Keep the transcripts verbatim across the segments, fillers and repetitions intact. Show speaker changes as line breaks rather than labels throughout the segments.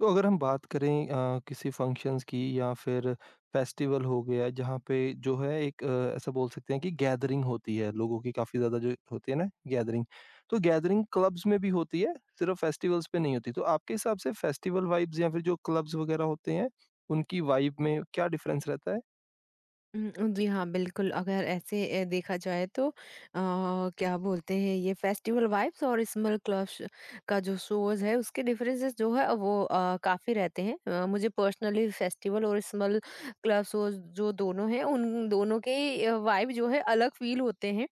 तो अगर हम बात करें अ, किसी फंक्शंस की, या फिर फेस्टिवल हो गया जहाँ पे जो है एक, अ, ऐसा बोल सकते हैं कि गैदरिंग होती है लोगों की, काफ़ी ज़्यादा जो होती है ना गैदरिंग। तो गैदरिंग क्लब्स में भी होती है, सिर्फ फेस्टिवल्स पे नहीं होती। तो आपके हिसाब से फेस्टिवल वाइब्स या फिर जो क्लब्स वगैरह होते हैं, उनकी वाइब में क्या डिफरेंस रहता है?
हुँ, जी हाँ, बिल्कुल, अगर ऐसे अ, देखा जाए तो, अ, क्या बोलते हैं, ये फेस्टिवल वाइब्स और स्मॉल क्लब्स का जो शोज़ है उसके डिफरेंसेस जो है वो अ, काफ़ी रहते हैं। अ, मुझे पर्सनली फेस्टिवल और स्मॉल क्लब शोज़ जो दोनों हैं, उन दोनों के अ, वाइब जो है अलग फ़ील होते हैं।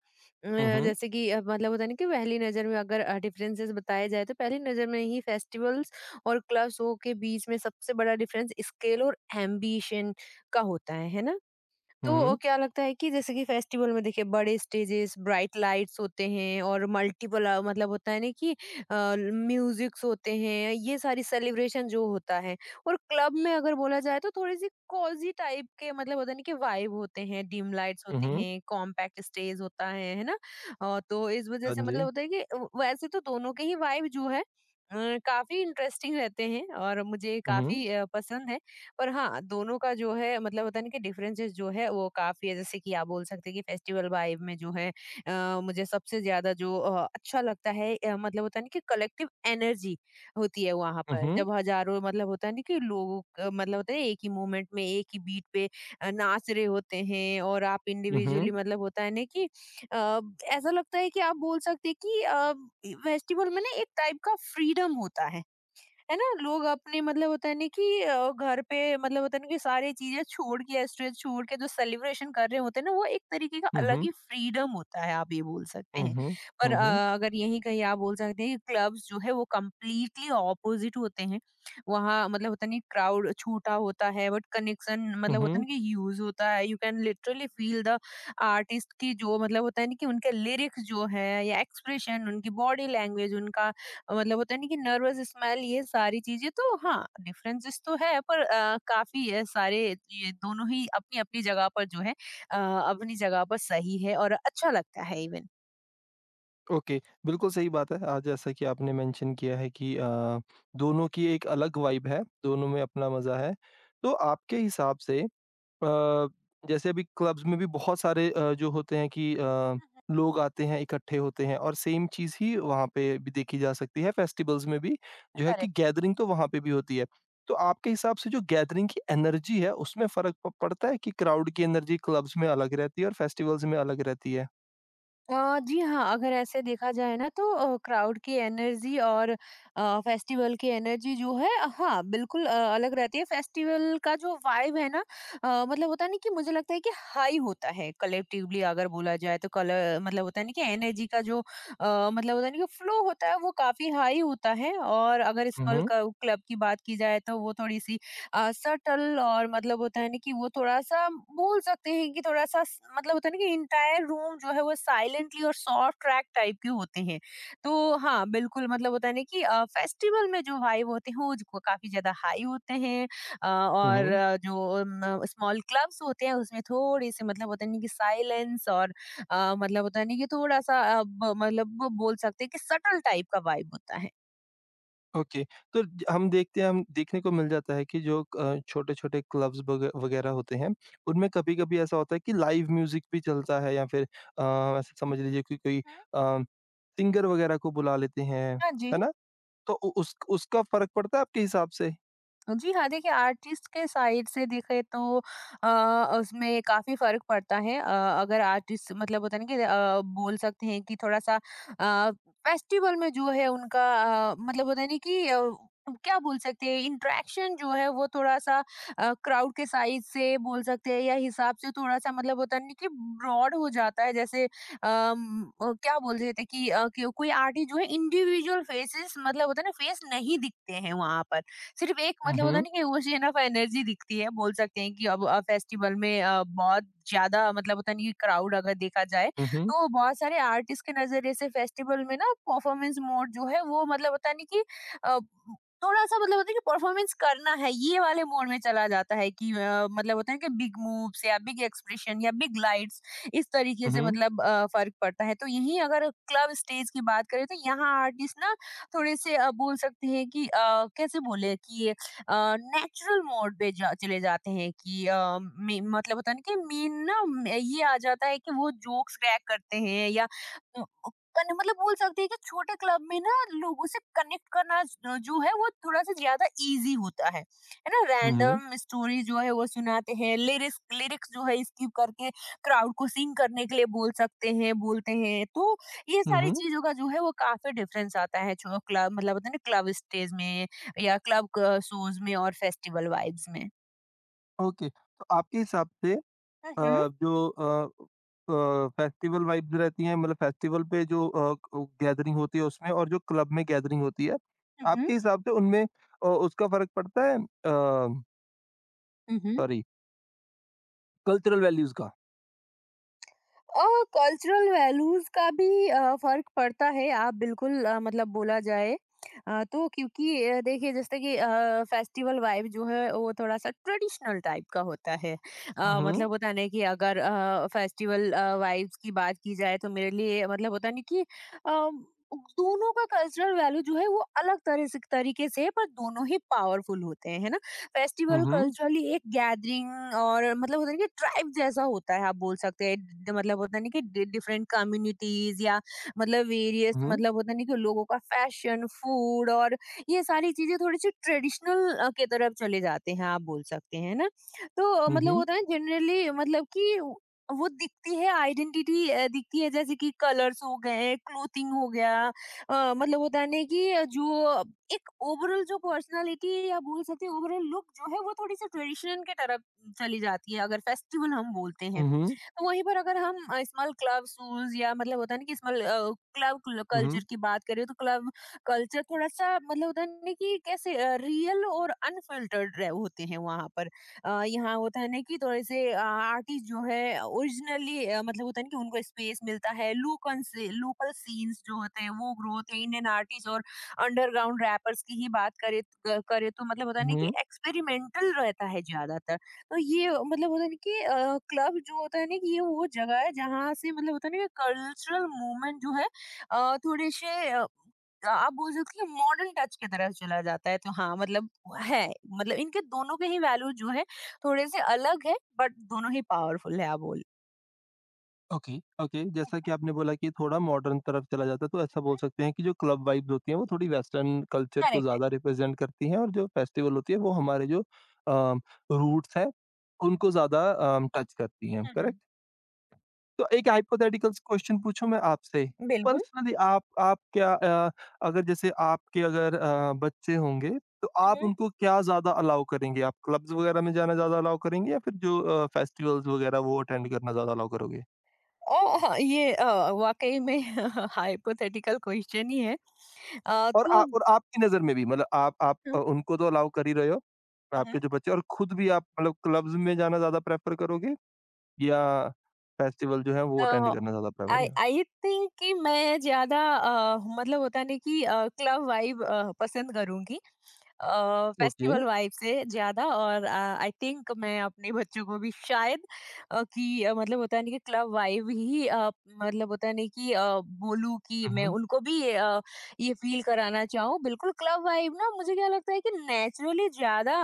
अ,
हम्म,
जैसे कि अ, मतलब होता है ना कि पहली नज़र में अगर अ, डिफरेंसेस बताए जाए, तो पहली नज़र में ही फेस्टिवल्स और क्लब शो के बीच में सबसे बड़ा डिफरेंस स्केल और एम्बिशन का होता है, है ना? तो
हम्म,
क्या लगता है कि जैसे कि फेस्टिवल में देखिए, बड़े स्टेजेस, ब्राइट लाइट्स होते हैं और मल्टीपल अ, मतलब होता है ना कि अ, म्यूजिक्स होते हैं, ये सारी सेलिब्रेशन जो होता है। और क्लब में अगर बोला जाए तो थोड़ी-सी कॉज़ी टाइप के मतलब होता है ना कि वाइब होते हैं, डिम लाइट्स होते
हम्म।
हैं, कॉम्पैक्ट स्टेज होता है, है ना? अ, तो इस वजह
हाँ
से
जी।
मतलब होता है कि अ, वैसे तो दोनों के ही वाइब जो है अ, काफ़ी इंटरेस्टिंग रहते हैं और मुझे
हम्म,
काफ़ी अ, पसंद है। पर हाँ, दोनों का जो है मतलब होता है ना कि डिफरेंसेस जो है वो काफ़ी है। जैसे कि आप बोल सकते हैं कि फेस्टिवल वाइब में जो है, अ, मुझे सबसे ज़्यादा जो अ, अच्छा लगता है, अ, मतलब होता है ना कि कलेक्टिव एनर्जी होती है वहाँ पर।
हम्म,
जब हज़ारों मतलब होता है ना कि लोगों क मतलब होता है एक ही मूवमेंट में, एक ही बीट पे अ, नाच रहे होते हैं और आप
हम्म,
इंडिविजुअली मतलब होता है ना कि अ, ऐसा लगता है कि आप बोल सकते हैं कि अ, फेस्टिवल में ना एक टाइप का फ्रीडम होता है। है ना, लोग अपने मतलब होता है ना कि अ, घर पे मतलब होता है ना कि सारी चीजें छोड़ के, स्ट्रेस छोड़ के, जो सेलिब्रेशन कर रहे होते हैं ना, वो एक तरीके का
हम्म,
अलग
हम्म,
ही फ्रीडम होता है, आप ये बोल सकते हैं। पर
हम्म,
अ, अगर यही कहीं आप बोल सकते हैं कि क्लब्स जो है वो कम्प्लीटली ऑपोजिट होते हैं। वहाँ मतलब होता नहीं, क्राउड छोटा होता है बट कनेक्शन मतलब होता है
हम्म।
ना कि ह्यूज होता है। You can literally feel the artist की जो मतलब होता है ना कि उनके लिरिक्स जो है, या एक्सप्रेशन, उनकी बॉडी लैंग्वेज, उनका अ, मतलब होता है नहीं कि नर्वस स्मेल, ये सारी चीजें। तो हाँ, डिफरेंसेस तो है, पर अ, काफी है सारे। ये दोनों ही अपनी अपनी जगह पर जो है, अ, अपनी जगह पर सही है और अच्छा लगता है इवन।
ओके, बिल्कुल सही बात है। आज जैसा कि आपने मेंशन किया है कि अ, दोनों की एक अलग वाइब है, दोनों में अपना मज़ा है। तो आपके हिसाब से अ, जैसे अभी क्लब्स में भी बहुत सारे अ, जो होते हैं कि अ, लोग आते हैं, इकट्ठे होते हैं और सेम चीज़ ही वहाँ पे भी देखी जा सकती है, फेस्टिवल्स में भी जो है कि
करेक्ट।
गैदरिंग तो वहाँ पे भी होती है। तो आपके हिसाब से जो गैदरिंग की एनर्जी है, उसमें फ़र्क प पड़ता है कि क्राउड की एनर्जी क्लब्स में अलग रहती है और फेस्टिवल्स में अलग रहती है?
अ, जी हाँ, अगर ऐसे देखा जाए ना, तो अ, क्राउड की एनर्जी और अ, फेस्टिवल की एनर्जी जो है, अ, हाँ, बिल्कुल अ, अलग रहती है। फेस्टिवल का जो वाइब है ना, अ, मतलब होता है ना कि मुझे लगता है कि हाई होता है। कलेक्टिवली अगर बोला जाए तो कलर मतलब होता है ना कि एनर्जी का जो अ, मतलब होता है ना कि फ्लो होता है, वो काफ़ी हाई होता है। और अगर
हुँ,
स्मॉल
हुँ।
क क्लब की बात की जाए तो वो थोड़ी-सी अ, सटल, और मतलब होता है ना कि वो थोड़ा-सा बोल सकते हैं कि थोड़ा-सा स मतलब होता है ना कि एंटायर रूम जो है वो साइलेंटली और सॉफ्ट ट्रैक टाइप के होते हैं। तो हाँ, बिल्कुल मतलब होता है ना कि अ, फेस्टिवल में जो वाइब होते हैं वो ज काफ़ी ज़्यादा हाई होते हैं। अ,
हुँ,
और
हुँ।
अ, जो म स्मॉल क्लब्स होते हैं उसमें थोड़े-से मतलब होता है ना कि साइलेंस, और अ, मतलब होता है ना कि थोड़ा-सा अ, ब मतलब वो बोल सकते हैं कि सटल टाइप का वाइब होता है।
ओके, तो ज हम देखते हैं हम देखने को मिल जाता है कि जो अ, छोटे-छोटे क्लब्स वग वगैरह होते हैं, उनमें कभी-कभी ऐसा होता है कि लाइव म्यूज़िक भी चलता है, या फिर अ, ऐसे समझ लीजिए कि कोई
हुँ।
अ, सिंगर वगैरह को बुला लेते हैं,
हाँ जी।
है ना? तो उ उस उसका फ़र्क पड़ता है आपके हिसाब से?
जी हाँ, देखिए, आर्टिस्ट के साइड से देखें तो अ, उसमें काफ़ी फ़र्क पड़ता है। अ, अगर आर्टिस्ट मतलब होता है ना कि अ, बोल सकते हैं कि थोड़ा-सा अ, फेस्टिवल में जो है उनका अ, मतलब होता है ना कि अ, क्या बोल सकते हैं, इंटरेक्शन जो है वो थोड़ा-सा अ, क्राउड के साइज़ से बोल सकते हैं, या हिसाब से थोड़ा-सा मतलब होता है ना कि ब्रॉड हो जाता है। जैसे अम, अ, क्या बोल रहे थे कि अ, कि कोई आर्टिस्ट जो है इंडिविजुअल फेसेस मतलब होता है ना, फेस नहीं दिखते हैं वहाँ पर। सिर्फ एक
हुँ,
मतलब होता है
हुँ।
ना कि वो एनफ एनर्जी दिखती है, बोल सकते हैं कि अब अ, फेस्टिवल में अ, बहुत ज़्यादा मतलब होता नहीं कि क्राउड अगर देखा जाए,
हुँ, हुँ।
तो बहुत सारे आर्टिस्ट के नज़रिए से फेस्टिवल में ना परफॉर्मेंस मोड जो है वो मतलब होता नहीं कि अ, थोड़ा-सा मतलब होता है कि परफॉर्मेंस करना है, ये वाले मोड में चला जाता है कि अ, मतलब होता है कि बिग मूव्स, या बिग एक्सप्रेशन, या बिग लाइट्स, इस तरीके
हुँ,
से
हुँ।
मतलब अ, फ़र्क पड़ता है। तो यहीं अगर क्लब स्टेज की बात करें, तो यहाँ आर्टिस्ट ना थोड़े से अ, बोल सकते हैं कि अ, कैसे बोले कि नेचुरल मोड पे जा, चले जाते हैं कि अ, मे- मतलब होता है ना कि मीन ना मे- ये आ जाता है कि वो जोक्स क्रैक करते हैं, या अ, कन- मतलब बोल सकते हैं कि छोटे क्लब में ना लोगों से कनेक्ट करना ज- जो है वो थोड़ा सा ज्यादा इजी होता है। है ना,
हुँ, हुँ।
रैंडम स्टोरी जो है वो सुनाते हैं, लिरिक्स लिरिक्स जो है स्किप करके क्राउड को सिंग करने के लिए बोल सकते हैं, बोलते हैं। तो ये
हुँ,
सारी
हुँ।
चीज़ों का जो है वो काफ़ी डिफ़रेंस आता है जो क्लब मतलब होता है ना, क्लब स्टेज में या क्लब क शोज़ में और फेस्टिवल वाइब्स में।
ओके, तो आपके हिसाब से अ,
हुँ, हुँ।
जो अ अ, फेस्टिवल वाइब्स रहती हैं, मतलब फेस्टिवल पे जो अ, क गैदरिंग होती है उसमें, और जो क्लब में गैदरिंग होती है,
हुँ, हुँ।
आपके हिसाब से उनमें अ, उसका फ़र्क पड़ता है अ,
हुँ, हुँ।
सॉरी, कल्चरल वैल्यूज़ का?
और कल्चरल वैल्यूज का भी अ, फर्क पड़ता है, आप बिल्कुल अ, मतलब बोला जाए अ, तो क्योंकि अ, देखिए, जैसे कि फेस्टिवल वाइब जो है वो थोड़ा सा ट्रेडिशनल टाइप का होता है।
हुँ,
अ,
हुँ।
मतलब होता नहीं कि अगर फेस्टिवल वाइब्स की बात की जाए तो मेरे लिए मतलब होता नहीं कि अम, दोनों का कल्चरल वैल्यू जो है वो अलग तरह से तरीके से, पर दोनों ही पावरफुल होते हैं, है ना।
हुँ,
फेस्टिवल
हुँ।
कल्चरली एक गैदरिंग और मतलब होता है ना कि ट्राइब जैसा होता है, आप बोल सकते हैं। ड- मतलब होता है ना कि डिफरेंट कम्युनिटीज, या मतलब वेरियस
हुँ, हुँ।
मतलब होता है ना कि लोगों का फैशन, फूड और ये सारी चीजें थोड़ी सी ट्रेडिशनल के तरफ चले जाते हैं, आप बोल सकते हैं ना। तो अ,
हुँ,
मतलब
हुँ।
होता है जनरली मतलब कि वो दिखती है, आइडेंटिटी दिखती है, जैसे कि कलर्स हो गए, क्लोथिंग हो गया, अ, मतलब होता है ना कि जो एक ओवरऑल जो पर्सनालिटी, या बोल सकते हैं ओवरऑल लुक जो है, वो थोड़ी सी ट्रेडिशन के तरफ चली जाती है, अगर फेस्टिवल हम बोलते हैं।
हुँ, हुँ।
तो वहीं पर अगर हम स्मॉल क्लब शूज, या मतलब होता है ना कि स्मॉल क्लब कल्चर की बात करें, तो क्लब कल्चर थोड़ा सा मतलब होता है ना कि कैसे रियल और अनफिल्टर्ड होते हैं वहाँ पर। अ, यहाँ होता है ना कि थोड़े से आर्टिस्ट जो है ओरिजिनली मतलब होता है ना कि उनको स्पेस मिलता है, लोकल से लोकल सीन्स जो होते हैं वो ग्रोथ है। इंडियन आर्टिस्ट और अंडरग्राउंड रैपर्स की ही बात करे करे तो मतलब होता है
हुँ,
ना कि
हुँ।
एक्सपेरिमेंटल रहता है ज्यादातर। अ, ये मतलब होता है ना कि अ, क्लब जो होता है ना कि ये वो जगह है जहाँ से मतलब होता है ना कि कल्चरल मूवमेंट जो है अ, थोड़े से अ, आप बोल सकते हो मॉडर्न टच की तरफ चला जाता है। तो हाँ, मतलब है, मतलब इनके दोनों के ही वैल्यू जो है थोड़े से अलग है, बट दोनों ही पावरफुल है, आप बोल।
Okay, okay. जैसा
हम्म।
कि आपने बोला कि थोड़ा मॉडर्न तरफ चला जाता है, तो ऐसा बोल सकते हैं कि जो क्लब वाइब्स होती हैं, वो थोड़ी वेस्टर्न कल्चर को
करेक्ट है।
ज़्यादा रिप्रेज़ेंट करती हैं, और जो फेस्टिवल होती है, वो हमारे जो अ, रूट्स हैं, उनको ज़्यादा अ, टच करती हैं, करेक्ट?
हम्म।
तो एक हाइपोथेटिकल क्वेश्चन पूछूँ मैं आपसे,
बिल्कुल।
पर्सनली आप आप क्या, अ, अगर जैसे आपके अगर अ, बच्चे होंगे, तो आप
हम्म।
उनको क्या ज़्यादा अलाउ करेंगे? आप क्लब्स वगैरह में जाना ज़्यादा अलाउ करेंगे, या फिर जो अ, फेस्टिवल्स वगैरह, वो अटेंड करना ज़्यादा अलाउ करोगे?
ओ हाँ, ये अ, वाकई में हाइपोथेटिकल क्वेश्चन ही है। अ,
और आ
तो
और आपकी नज़र में भी, मतलब आप आप अ, उनको तो अलाउ कर ही रहे हो, आपके
हम्म,
जो बच्चे और खुद भी आप, मतलब क्लब्स में जाना ज़्यादा प्रेफ़र करोगे या फेस्टिवल जो है वो अटेंड
अ,
करना ज़्यादा प्रेफ़र
आई
करोगे?
आई थिंक कि मैं ज़्यादा अ, मतलब होता नहीं कि अ, क्लब वाइब अ, पसंद करूँगी अ,
ओके।
फेस्टिवल वाइब से ज़्यादा। और आई थिंक मैं अपने बच्चों को भी शायद अ, कि अ, मतलब होता नहीं कि क्लब वाइब ही अ, मतलब होता नहीं कि अ, बोलूँ कि मैं
उहुँ,
उनको भी अ, ये फील कराना चाहूँ बिल्कुल। क्लब वाइब ना, मुझे क्या लगता है कि नेचुरली ज़्यादा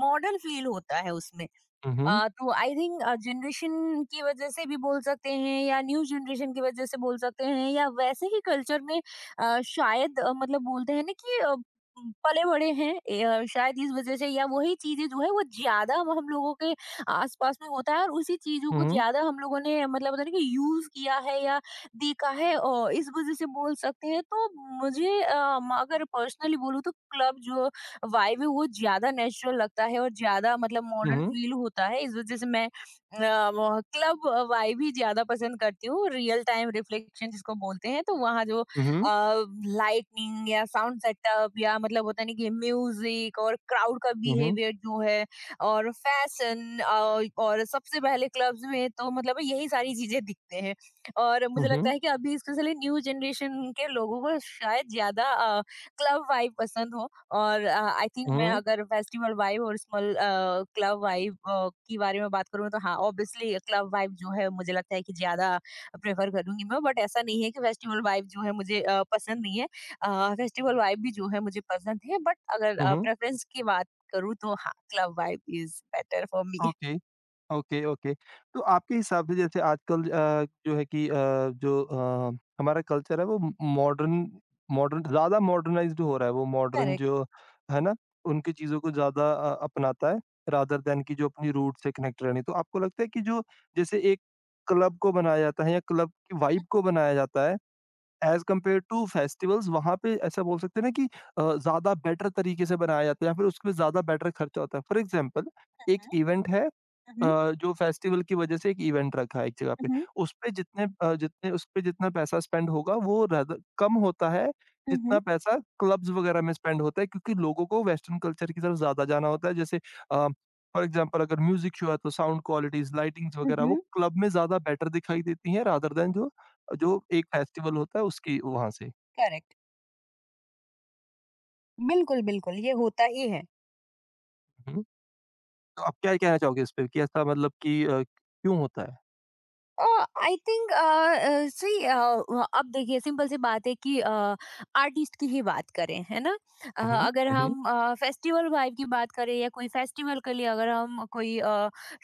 मॉडर्न फील होता है उसमें।
उहुँ,
अ, तो आई थिंक अ, जनरेशन की वजह से भी बोल सकते हैं, या न्यू जनरेशन की वजह से बोल सकते हैं, या वैसे ही कल्चर में अ, शायद अ, मतलब बोलते हैं ना कि अ, म, पले बड़े हैं ए, अ, शायद इस वजह से, या वही चीजें जो है वो ज्यादा हम हम लोगों के आसपास में होता है, और उसी चीजों को
उहुँ,
ज्यादा हम लोगों ने मतलब होता है ना कि यूज किया है या देखा है, और इस वजह से बोल सकते हैं। तो मुझे अ, म- अगर पर्सनली बोलूँ तो क्लब जो वाइब है वो ज़्यादा नेचुरल लगता है और ज़्यादा मतलब मॉडर्न
उहुँ,
फ़ील होता है। इस वज़ह से मैं अ, व क्लब वाइब ही ज़्यादा पसंद करती हूँ। रियल टाइम रिफ्लेक्शन जिसको बोलते हैं, तो वहाँ जो अ,
उहुँ,
लाइटनिंग या साउंड सेटअप या मतलब होता नहीं कि म्यूज़िक और क्राउड का
उहुँ,
बिहेवियर जो है और फ़ैशन अ, और सबसे पहले क्लब्स में तो मतलब यही सारी चीज़ें दिखते हैं। और मुझे लगता
उहुँ,
है कि अभी स्पेशली न्यू जनरेशन के लोगों को शायद ज़्यादा अ, क्लब वाइब पसंद हो और अ, आई थिंक मैं
उहुँ,
अगर फेस्टिवल वाइब और स्मॉल अ, क्लब वाइब अ, के बारे में बात करूँ तो हाँ ऑब्वियसली क्लब वाइब जो है मुझे लगता है कि ज़्यादा प्रेफर करूँगी मैं बट ऐसा नहीं है कि फेस्टिवल वाइब जो है मुझे अ, पसंद नहीं है। फेस्टिवल वाइब भी जो है मुझे पसंद है बट अगर
उहुँ।
प्रेफरेंस की बात करूँ तो हाँ club vibe is better for me.
Okay. Okay, okay. तो आपके हिसाब से जैसे आजकल अ, जो है कि अ, जो अ, हमारा कल्चर है, वो म मॉडर्न मॉडर्न ज़्यादा मॉडर्नाइज़्ड हो रहा है। वो मॉडर्न
करेक्ट।
जो है ना, उनकी चीज़ों को ज़्यादा अ, अपनाता है, रादर दैन कि जो अपनी रूट से कनेक्ट रहनी। तो आपको लगता है कि जो, जैसे एक क्लब को बनाया जाता है या क्लब की वाइब को बनाया जाता है एज़ कम्पेयर टू फेस्टिवल्स, वहाँ पे ऐसा बोल सकते हैं ना कि अ, ज़्यादा बेटर तरीके से बनाया जाता है, या फिर उसमें ज़्यादा बेटर खर्चा होता है। फॉर एग्ज़ाम्पल एक इवेंट है,
हम्म,
अ, जो फेस्टिवल की वजह से एक इवेंट रखा है एक जगह पे,
हम्म,
उसपे जितने अ, जितने उसपे जितना पैसा स्पेंड होगा वो रादर कम होता है,
हम्म,
जितना पैसा क्लब्स वगैरह में स्पेंड होता है, क्योंकि लोगों को वेस्टर्न कल्चर की तरफ ज़्यादा जाना होता है। जैसे अ, फॉर एग्ज़ाम्पल अगर म्यूज़िक शो है तो साउंड क्वालिटीज़, लाइटिंग्स वगैरह वो
हम्म।
क्लब में ज़्यादा बेटर दिखाई देती हैं, रादर दैन जो जो एक फेस्टिवल होता है उसकी वहाँ से।
करेक्ट। बिल्कुल बिल्कुल ये होता ही है।
हुँ, तो आप क्या कहना चाहोगे इस पे, कि ऐसा मतलब कि अ, क्यों होता है?
आई थिंक सही, अ, अ, अब देखिए, सिंपल सी बात है कि आर्टिस्ट की ही बात करें, है ना। अ,
हुँ,
अगर
हुँ, हुँ,
हम फेस्टिवल वाइब की बात करें या कोई फेस्टिवल के लिए अगर हम कोई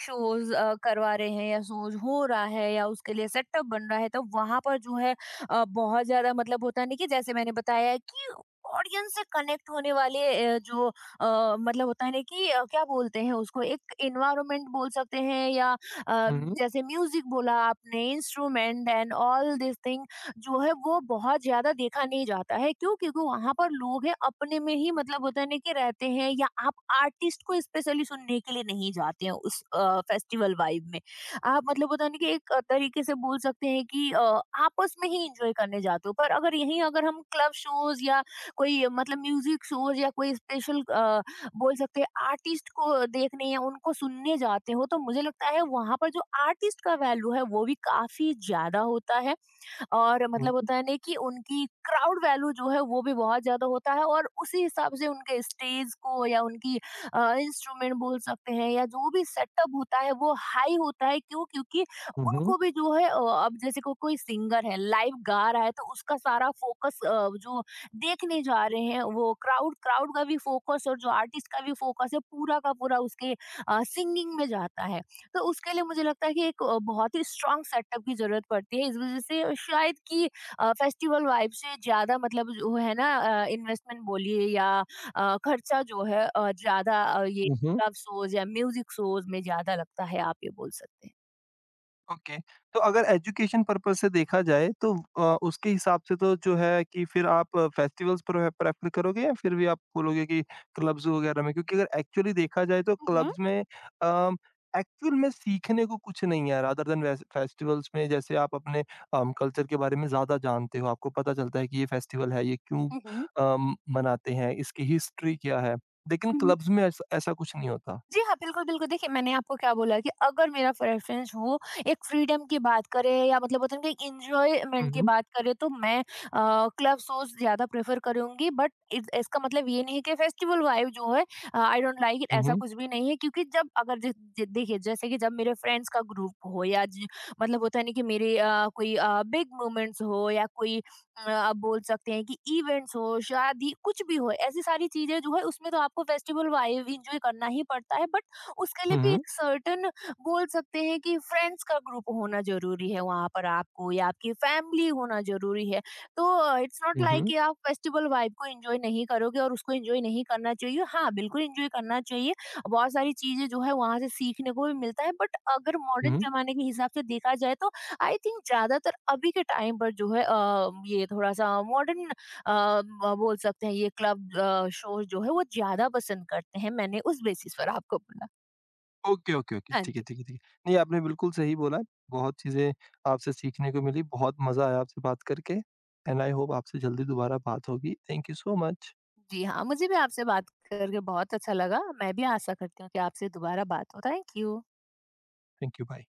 शोज करवा रहे हैं या शोज हो रहा है या उसके लिए सेटअप बन रहा है तो वहां पर जो है अ, बहुत ज्यादा मतलब होता नहीं कि जैसे मैंने बताया है कि ऑडियंस से कनेक्ट होने वाले अ, जो अ, मतलब होता है ना कि अ, क्या बोलते हैं उसको एक इन्वायरमेंट बोल सकते हैं या अ,
हुँ, हुँ,
जैसे म्यूजिक बोला आपने instrument and all this thing जो है वो बहुत ज्यादा देखा नहीं जाता है, क्यों क्योंकि वहां पर लोग हैं अपने में ही मतलब होता है ना कि रहते हैं या आप आर्टिस्ट को स्पेशली सुनने के लिए नहीं जाते हैं उस फेस्टिवल वाइब में। आप मतलब होता है ना कि एक अ, तरीके से बोल सकते हैं कि अ, आपस में ही इंजॉय करने जाते हो, पर अगर यहीं अगर हम क्लब शोज या कोई अ, मतलब म्यूजिक शोज या कोई स्पेशल बोल सकते हैं आर्टिस्ट को देखने या उनको सुनने जाते हो तो मुझे लगता है वहाँ पर जो आर्टिस्ट का वैल्यू है वो भी काफ़ी ज़्यादा होता है। और मतलब
हुँ,
होता है ना कि उनकी क्राउड वैल्यू जो है वो भी बहुत ज़्यादा होता है और उसी हिसाब से उनके स्टेज को या उनकी अ, इंस्ट्रूमेंट बोल सकते हैं या जो भी सेटअप होता है वो हाई होता है, क्यों क्योंकि
हुँ, हुँ,
उनको भी जो है अ, अब जैसे को कोई सिंगर है लाइव गा रहा है तो उसका सारा फोकस जो देखने जा रहे हैं वो क्राउड क्राउड का भी फोकस और जो आर्टिस्ट का भी फोकस है पूरा का पूरा उसके सिंगिंग में जाता है। तो उसके लिए मुझे लगता है कि एक अ, बहुत ही स्ट्रॉन्ग सेटअप की ज़रूरत पड़ती है। इस वज़ह से शायद कि अ, फेस्टिवल वाइब से ज़्यादा मतलब जो है ना, अ, इन्वेस्टमेंट बोलिए या अ, खर्चा जो है अ, ज़्यादा अ, ये
हुँ, हुँ।
क्लब शोज़ या म्यूज़िक शोज़ में ज़्यादा लगता है, आप ये बोल सकते हैं।
ओके। तो अगर एजुकेशन पर्पज़ से देखा जाए तो अ, उसके हिसाब से तो जो है कि फिर आप फेस्टिवल्स प्रे प्रेफ़र करोगे, या फिर भी आप बोलोगे कि क्लब्स वग़ैरह में? क्योंकि अगर एक्चुअली देखा जाए तो
हुँ, हुँ।
क्लब्स में अम, एक्चुअल में सीखने को कुछ नहीं है, रादर देन वेस फेस्टिवल्स में, जैसे आप अपने अम, कल्चर के बारे में ज़्यादा जानते हो, आपको पता चलता है कि ये फेस्टिवल है, ये क्यों
हुँ,
अम, मनाते हैं, इसकी हिस्ट्री क्या है। लेकिन
हुँ।
क्लब्स में ऐस ऐसा कुछ नहीं होता।
जी हाँ, बिल्कुल, बिल्कुल। देखिए, मैंने आपको क्या बोला कि अगर मेरा प्रेफ़रेंस हो, एक फ्रीडम की बात करें या मतलब होता है ना कि
हुँ,
एन्जॉयमेंट की
हुँ।
बात करें, तो मैं अ, क्लब शोज़ ज़्यादा प्रेफ़र करूँगी। बट इस इसका मतलब ये नहीं है कि फेस्टिवल वाइब जो है अ, आई डोंट लाइक इट,
हुँ,
ऐसा
हुँ।
कुछ भी नहीं है। क्योंकि जब अगर ज ज देखिए, जैसे कि जब मेरे फ्रेंड्स का ग्रुप हो या ज मतलब होता है ना कि मेरे अ, कोई अ, बिग मोमेंट्स हो या कोई अ, आप बोल सकते हैं कि इवेंट्स हो, शादी, कुछ भी हो, ऐसी सारी चीज़ें जो है उसमें तो आपको फेस्टिवल वाइब एन्जॉय करना ही पड़ता है, बट उसके लिए
हुँ,
भी
हुँ।
एक सर्टेन बोल सकते हैं कि फ्रेंड्स का ग्रुप होना ज़रूरी है वहाँ पर आपको, या आपकी फैमिली होना ज़रूरी है। तो अ, इट्स नॉट
हुँ,
लाइक
हुँ।
कि आप फेस्टिवल वाइब को एन्जॉय नहीं करोगे और उसको एन्जॉय नहीं करना चाहिए। हाँ, बिल्कुल एन्जॉय करना चाहिए। बहुत सारी चीज़ें जो है वहाँ से सीखने को भी मिलता है, बट अगर
हुँ,
मॉडर्न
हुँ।
ज़माने के हिसाब से देखा जाए तो आई थिंक ज्यादातर अभी के टाइम पर जो है अ, ये थोड़ा-सा मॉडर्न अ, ब बोल सकते हैं ये क्लब अ, शोज़ जो है वो ज़्यादा पसंद करते हैं, मैंने उस बेसिस पर आपको बोला।
Okay, okay, okay.
हाँ
ठीक है,
जी।
ठीक है, ठीक है। नहीं, आपने बिल्कुल सही बोला। बहुत चीज़ें आपसे सीखने को मिली, बहुत मज़ा आया आपसे बात करके, एंड आई होप आपसे जल्दी दोबारा बात होगी। Thank you so much.
जी हाँ, मुझे भी आपसे बात करके बहुत अच्छा लगा। मैं भी आशा करती हूँ कि आपसे दोबारा बात हो। Thank you.
Thank you, bye.